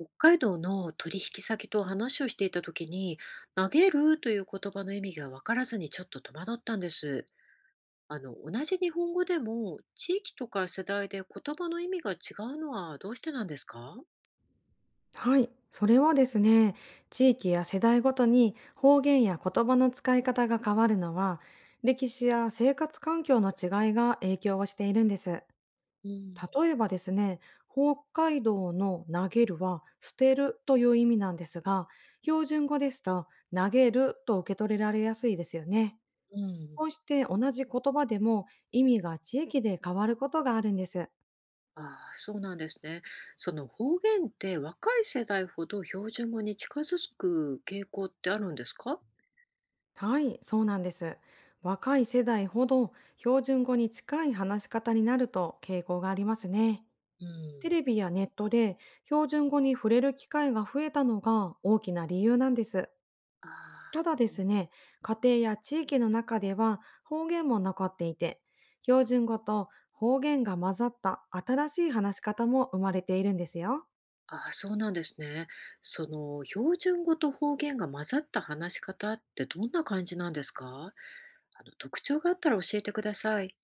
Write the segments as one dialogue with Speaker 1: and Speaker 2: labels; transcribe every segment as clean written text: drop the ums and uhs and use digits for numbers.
Speaker 1: 北海道の取引先と話をしていた時に「投げる」という言葉の意味が分からずにちょっと戸惑ったんです。同じ日本語でも地域とか世代で言葉の意味が違うのはどうしてなんですか。
Speaker 2: はい、それはですね、地域や世代ごとに方言や言葉の使い方が変わるのは、歴史や生活環境の違いが影響をしているんです。
Speaker 1: うん、
Speaker 2: 例えばですね、北海道の投げるは捨てるという意味なんですが、標準語ですと投げると受け取れられやすいですよね。
Speaker 1: うん。
Speaker 2: こうして同じ言葉でも意味が地域で変わることがあるんです。
Speaker 1: ああ、そうなんですね。その方言って若い世代ほど標準語に近づく傾向ってあるんですか。
Speaker 2: はい、そうなんです。若い世代ほど標準語に近い話し方になると傾向がありますね。
Speaker 1: う
Speaker 2: テ
Speaker 1: ん、
Speaker 2: レビやネットで標準語に触れる機会が増えたのが大きな理由なんです。
Speaker 1: ああ、
Speaker 2: ただですね、家庭や地域の中では方言も残っていて、標準語と方言が混ざった新しい話し方も生まれているんですよ。
Speaker 1: ああ、そうなんですね。その標準語と方言が混ざった話し方ってどんな感じなんですか？特徴があったら教えてください。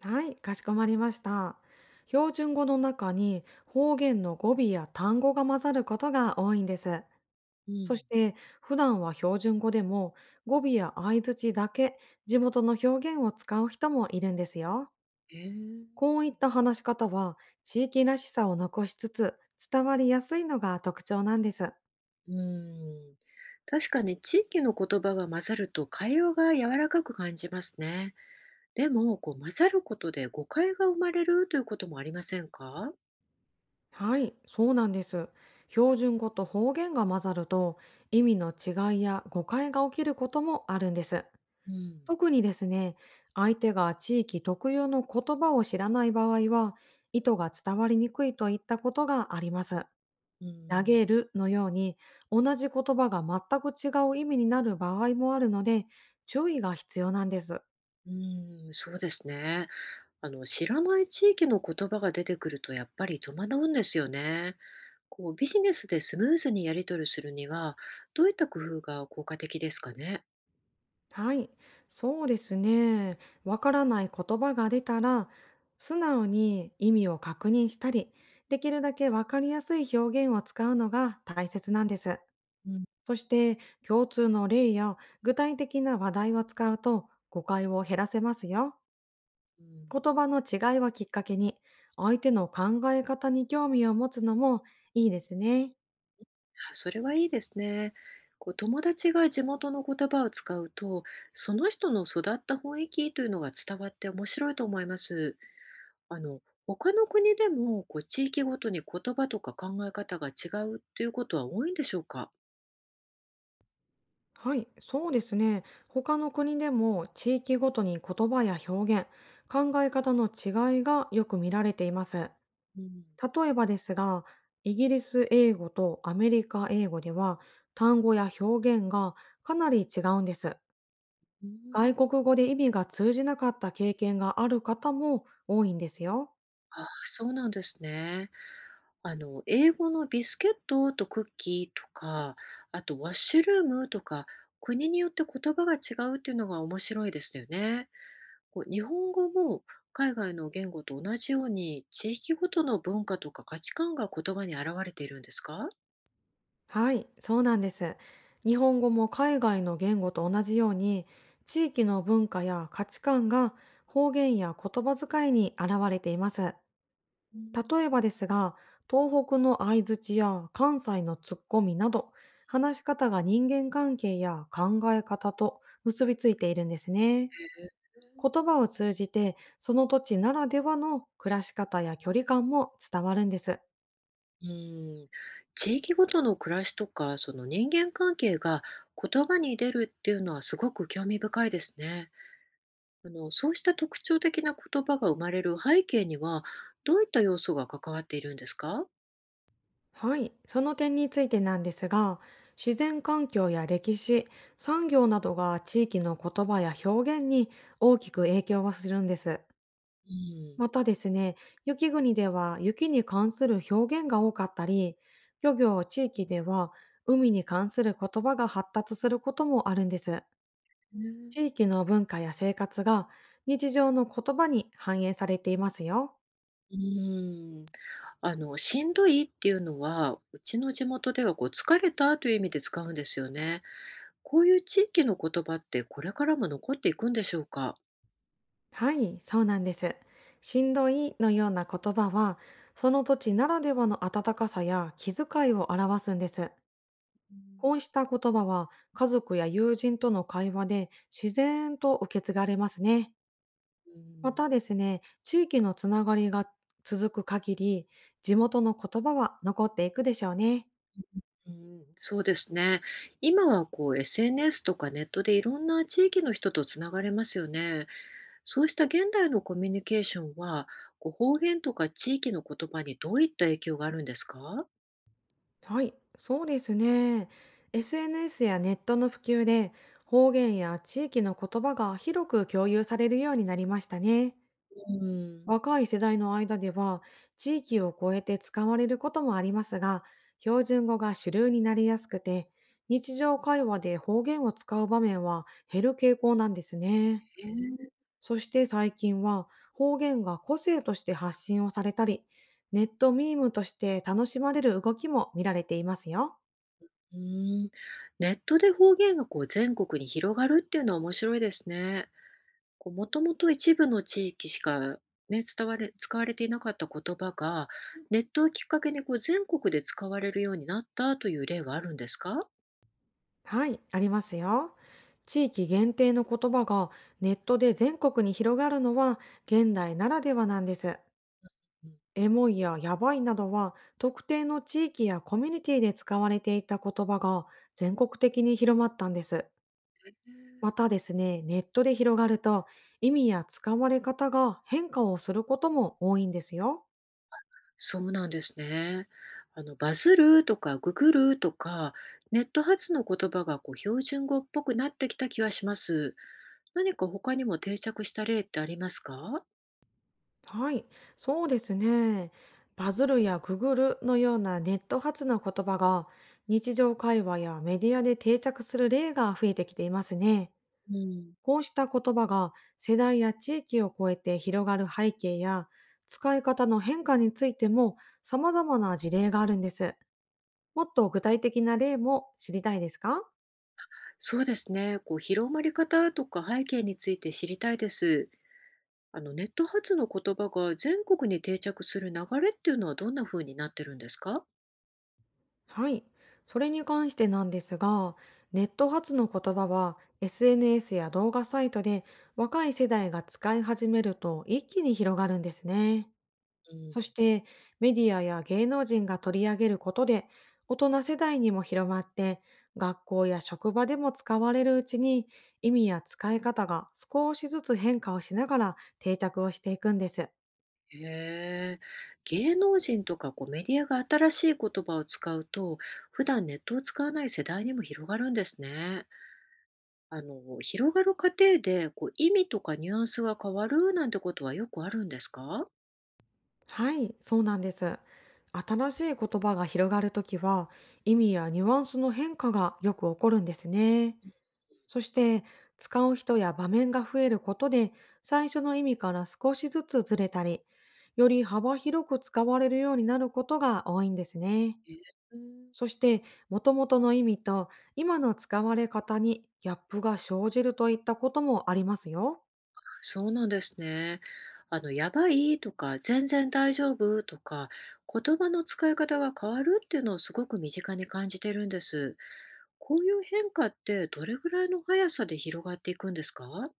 Speaker 2: はい、かしこまりました。標準語の中に方言の語尾や単語が混ざることが多いんです。
Speaker 1: う
Speaker 2: そ
Speaker 1: ん、
Speaker 2: して、普段は標準語でも語尾や相槌だけ地元の表現を使う人もいるんですよ。
Speaker 1: へえ。
Speaker 2: こういった話し方は、地域らしさを残しつつ伝わりやすいのが特徴なんです。
Speaker 1: うん。確かに地域の言葉が混ざると会話が柔らかく感じますね。でも、こう混ざることで誤解が生まれるということもありませんか？
Speaker 2: はい、そうなんです。標準語と方言が混ざると、意味の違いや誤解が起きることもあるんです。
Speaker 1: うん、
Speaker 2: 特にですね、相手が地域特有の言葉を知らない場合は、意図が伝わりにくいといったことがあります。
Speaker 1: う
Speaker 2: 投
Speaker 1: ん。
Speaker 2: げるのように、同じ言葉が全く違う意味になる場合もあるので、注意が必要なんです。
Speaker 1: うーん、そうですね。あの、知らない地域の言葉が出てくるとやっぱり戸惑うんですよね。こう、ビジネスでスムーズにやり取りするには、どういった工夫が効果的ですかね。
Speaker 2: はい、そうですね。わからない言葉が出たら、素直に意味を確認したり、できるだけわかりやすい表現を使うのが大切なんです。
Speaker 1: うん、
Speaker 2: そして、共通の例や具体的な話題を使うと誤解を減らせますよ。
Speaker 1: うん。
Speaker 2: 言葉の違いをきっかけに、相手の考え方に興味を持つのもいいですね。
Speaker 1: あ、それはいいですね。こう友達が地元の言葉を使うと、その人の育った雰囲気というのが伝わって面白いと思います。あの他の国でもこう地域ごとに言葉とか考え方が違うということは多いんでしょうか。
Speaker 2: はい、そうですね。他の国でも地域ごとに言葉や表現、考え方の違いがよく見られています。
Speaker 1: うん、
Speaker 2: 例えばですが、イギリス英語とアメリカ英語では、単語や表現がかなり違うんです。
Speaker 1: うーん。
Speaker 2: 外国語で意味が通じなかった経験がある方も多いんですよ。
Speaker 1: ああ、そうなんですね。あの、英語のビスケットとクッキーとか、あとワッシュルームとか、国によって言葉が違うっていうのが面白いですよね。こう、日本語も海外の言語と同じように、地域ごとの文化とか価値観が言葉に表れているんですか。
Speaker 2: はい、そうなんです。日本語も海外の言語と同じように、地域の文化や価値観が方言や言葉遣いに現れています。
Speaker 1: うん、
Speaker 2: 例えばですが、東北の相槌や関西のツッコミなど、話し方が人間関係や考え方と結びついているんですね。言葉を通じて、その土地ならではの暮らし方や距離感も伝わるんです。
Speaker 1: うん、地域ごとの暮らしとか、その人間関係が言葉に出るっていうのはすごく興味深いですね。あの、そうした特徴的な言葉が生まれる背景には、どういった要素が関わっているんですか？
Speaker 2: はい。その点についてなんですが、自然環境や歴史、産業などが地域の言葉や表現に大きく影響はするんです。
Speaker 1: うん。
Speaker 2: またですね、雪国では雪に関する表現が多かったり、漁業地域では海に関する言葉が発達することもあるんです。
Speaker 1: ね。
Speaker 2: 地域の文化や生活が日常の言葉に反映されていますよ。
Speaker 1: うん。あの、しんどいっていうのは、うちの地元ではこう疲れたという意味で使うんですよね。こういう地域の言葉ってこれからも残っていくんでしょうか？
Speaker 2: はい、そうなんです。しんどいのような言葉は、その土地ならではの温かさや気遣いを表すんです。
Speaker 1: うん。
Speaker 2: こうした言葉は、家族や友人との会話で自然と受け継がれますね。
Speaker 1: う
Speaker 2: ま
Speaker 1: ん。
Speaker 2: たですね、地域のつながりが続く限り、地元の言葉は残っていくでしょうね。
Speaker 1: ん、そうですね。今はこう SNS とかネットでいろんな地域の人とつながれますよね。そうした現代のコミュニケーションは、こう方言とか地域の言葉にどういった影響があるんですか？
Speaker 2: はい、そうですね。SNS やネットの普及で、方言や地域の言葉が広く共有されるようになりましたね。
Speaker 1: うん。
Speaker 2: 若い世代の間では地域を超えて使われることもありますが、標準語が主流になりやすくて、日常会話で方言を使う場面は減る傾向なんですね。
Speaker 1: へえ。
Speaker 2: そして最近は、方言が個性として発信をされたり、ネットミームとして楽しまれる動きも見られていますよ。
Speaker 1: うん。ネットで方言がこう全国に広がるっていうのは面白いですね。こうもともと一部の地域しかね、伝われ使われていなかった言葉が、ネットをきっかけにこう全国で使われるようになったという例はあるんですか？
Speaker 2: はい、ありますよ。地域限定の言葉がネットで全国に広がるのは、現代ならではなんです。エモいやヤバいなどは、特定の地域やコミュニティで使われていた言葉が全国的に広まったんです。またですね、ネットで広がると意味や使われ方が変化をすることも多いんですよ。
Speaker 1: そうなんですね。あの、バズるとかググるとか、ネット発の言葉がこう標準語っぽくなってきた気はします。何か他にも定着した例ってありますか。
Speaker 2: はい、そうですね。バズるやググるのようなネット発の言葉が、日常会話やメディアで定着する例が増えてきていますね。
Speaker 1: うん、
Speaker 2: こうした言葉が世代や地域を超えて広がる背景や、使い方の変化についても様々な事例があるんです。もっと具体的な例も知りたいですか？
Speaker 1: そうですね。こう広まり方とか背景について知りたいです。あの、ネット発の言葉が全国に定着する流れっていうのはどんな風になってるんですか。
Speaker 2: はい。それに関してなんですが、ネット発の言葉は SNS や動画サイトで若い世代が使い始めると一気に広がるんですね。
Speaker 1: うん。
Speaker 2: そして、メディアや芸能人が取り上げることで大人世代にも広まって、学校や職場でも使われるうちに意味や使い方が少しずつ変化をしながら定着をしていくんです。
Speaker 1: へえ、芸能人とかこうメディアが新しい言葉を使うと、普段ネットを使わない世代にも広がるんですね。あの、広がる過程でこう意味とかニュアンスが変わるなんてことはよくあるんですか。
Speaker 2: はい、そうなんです。新しい言葉が広がるときは、意味やニュアンスの変化がよく起こるんですね。そして、使う人や場面が増えることで、最初の意味から少しずつずれたり、より幅広く使われるようになることが多いんですね。
Speaker 1: えー、うん、
Speaker 2: そして、元々の意味と今の使われ方にギャップが生じるといったこともありますよ。
Speaker 1: そうなんですね。あの、やばいとか、全然大丈夫とか、言葉の使い方が変わるっていうのをすごく身近に感じてるんです。こういう変化ってどれぐらいの速さで広がっていくんですか。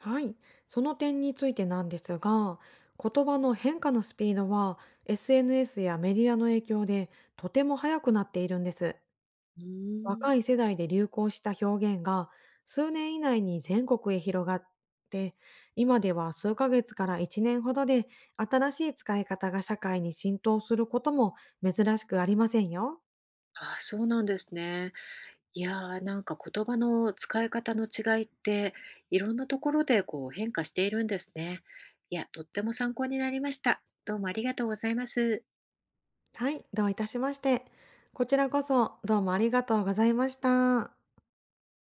Speaker 2: はい、その点についてなんですが、言葉の変化のスピードは SNS やメディアの影響でとても速くなっているんです。
Speaker 1: うー
Speaker 2: 若
Speaker 1: ん。
Speaker 2: い世代で流行した表現が数年以内に全国へ広がって、今では数ヶ月から1年ほどで新しい使い方が社会に浸透することも珍しくありませんよ。
Speaker 1: ああ、そうなんですね。いやー、なんか言葉の使い方の違いって、いろんなところでこう変化しているんですね。いや、とっても参考になりました。どうもありがとうございます。
Speaker 2: はい、どういたしまして。こちらこそどうもありがとうございました。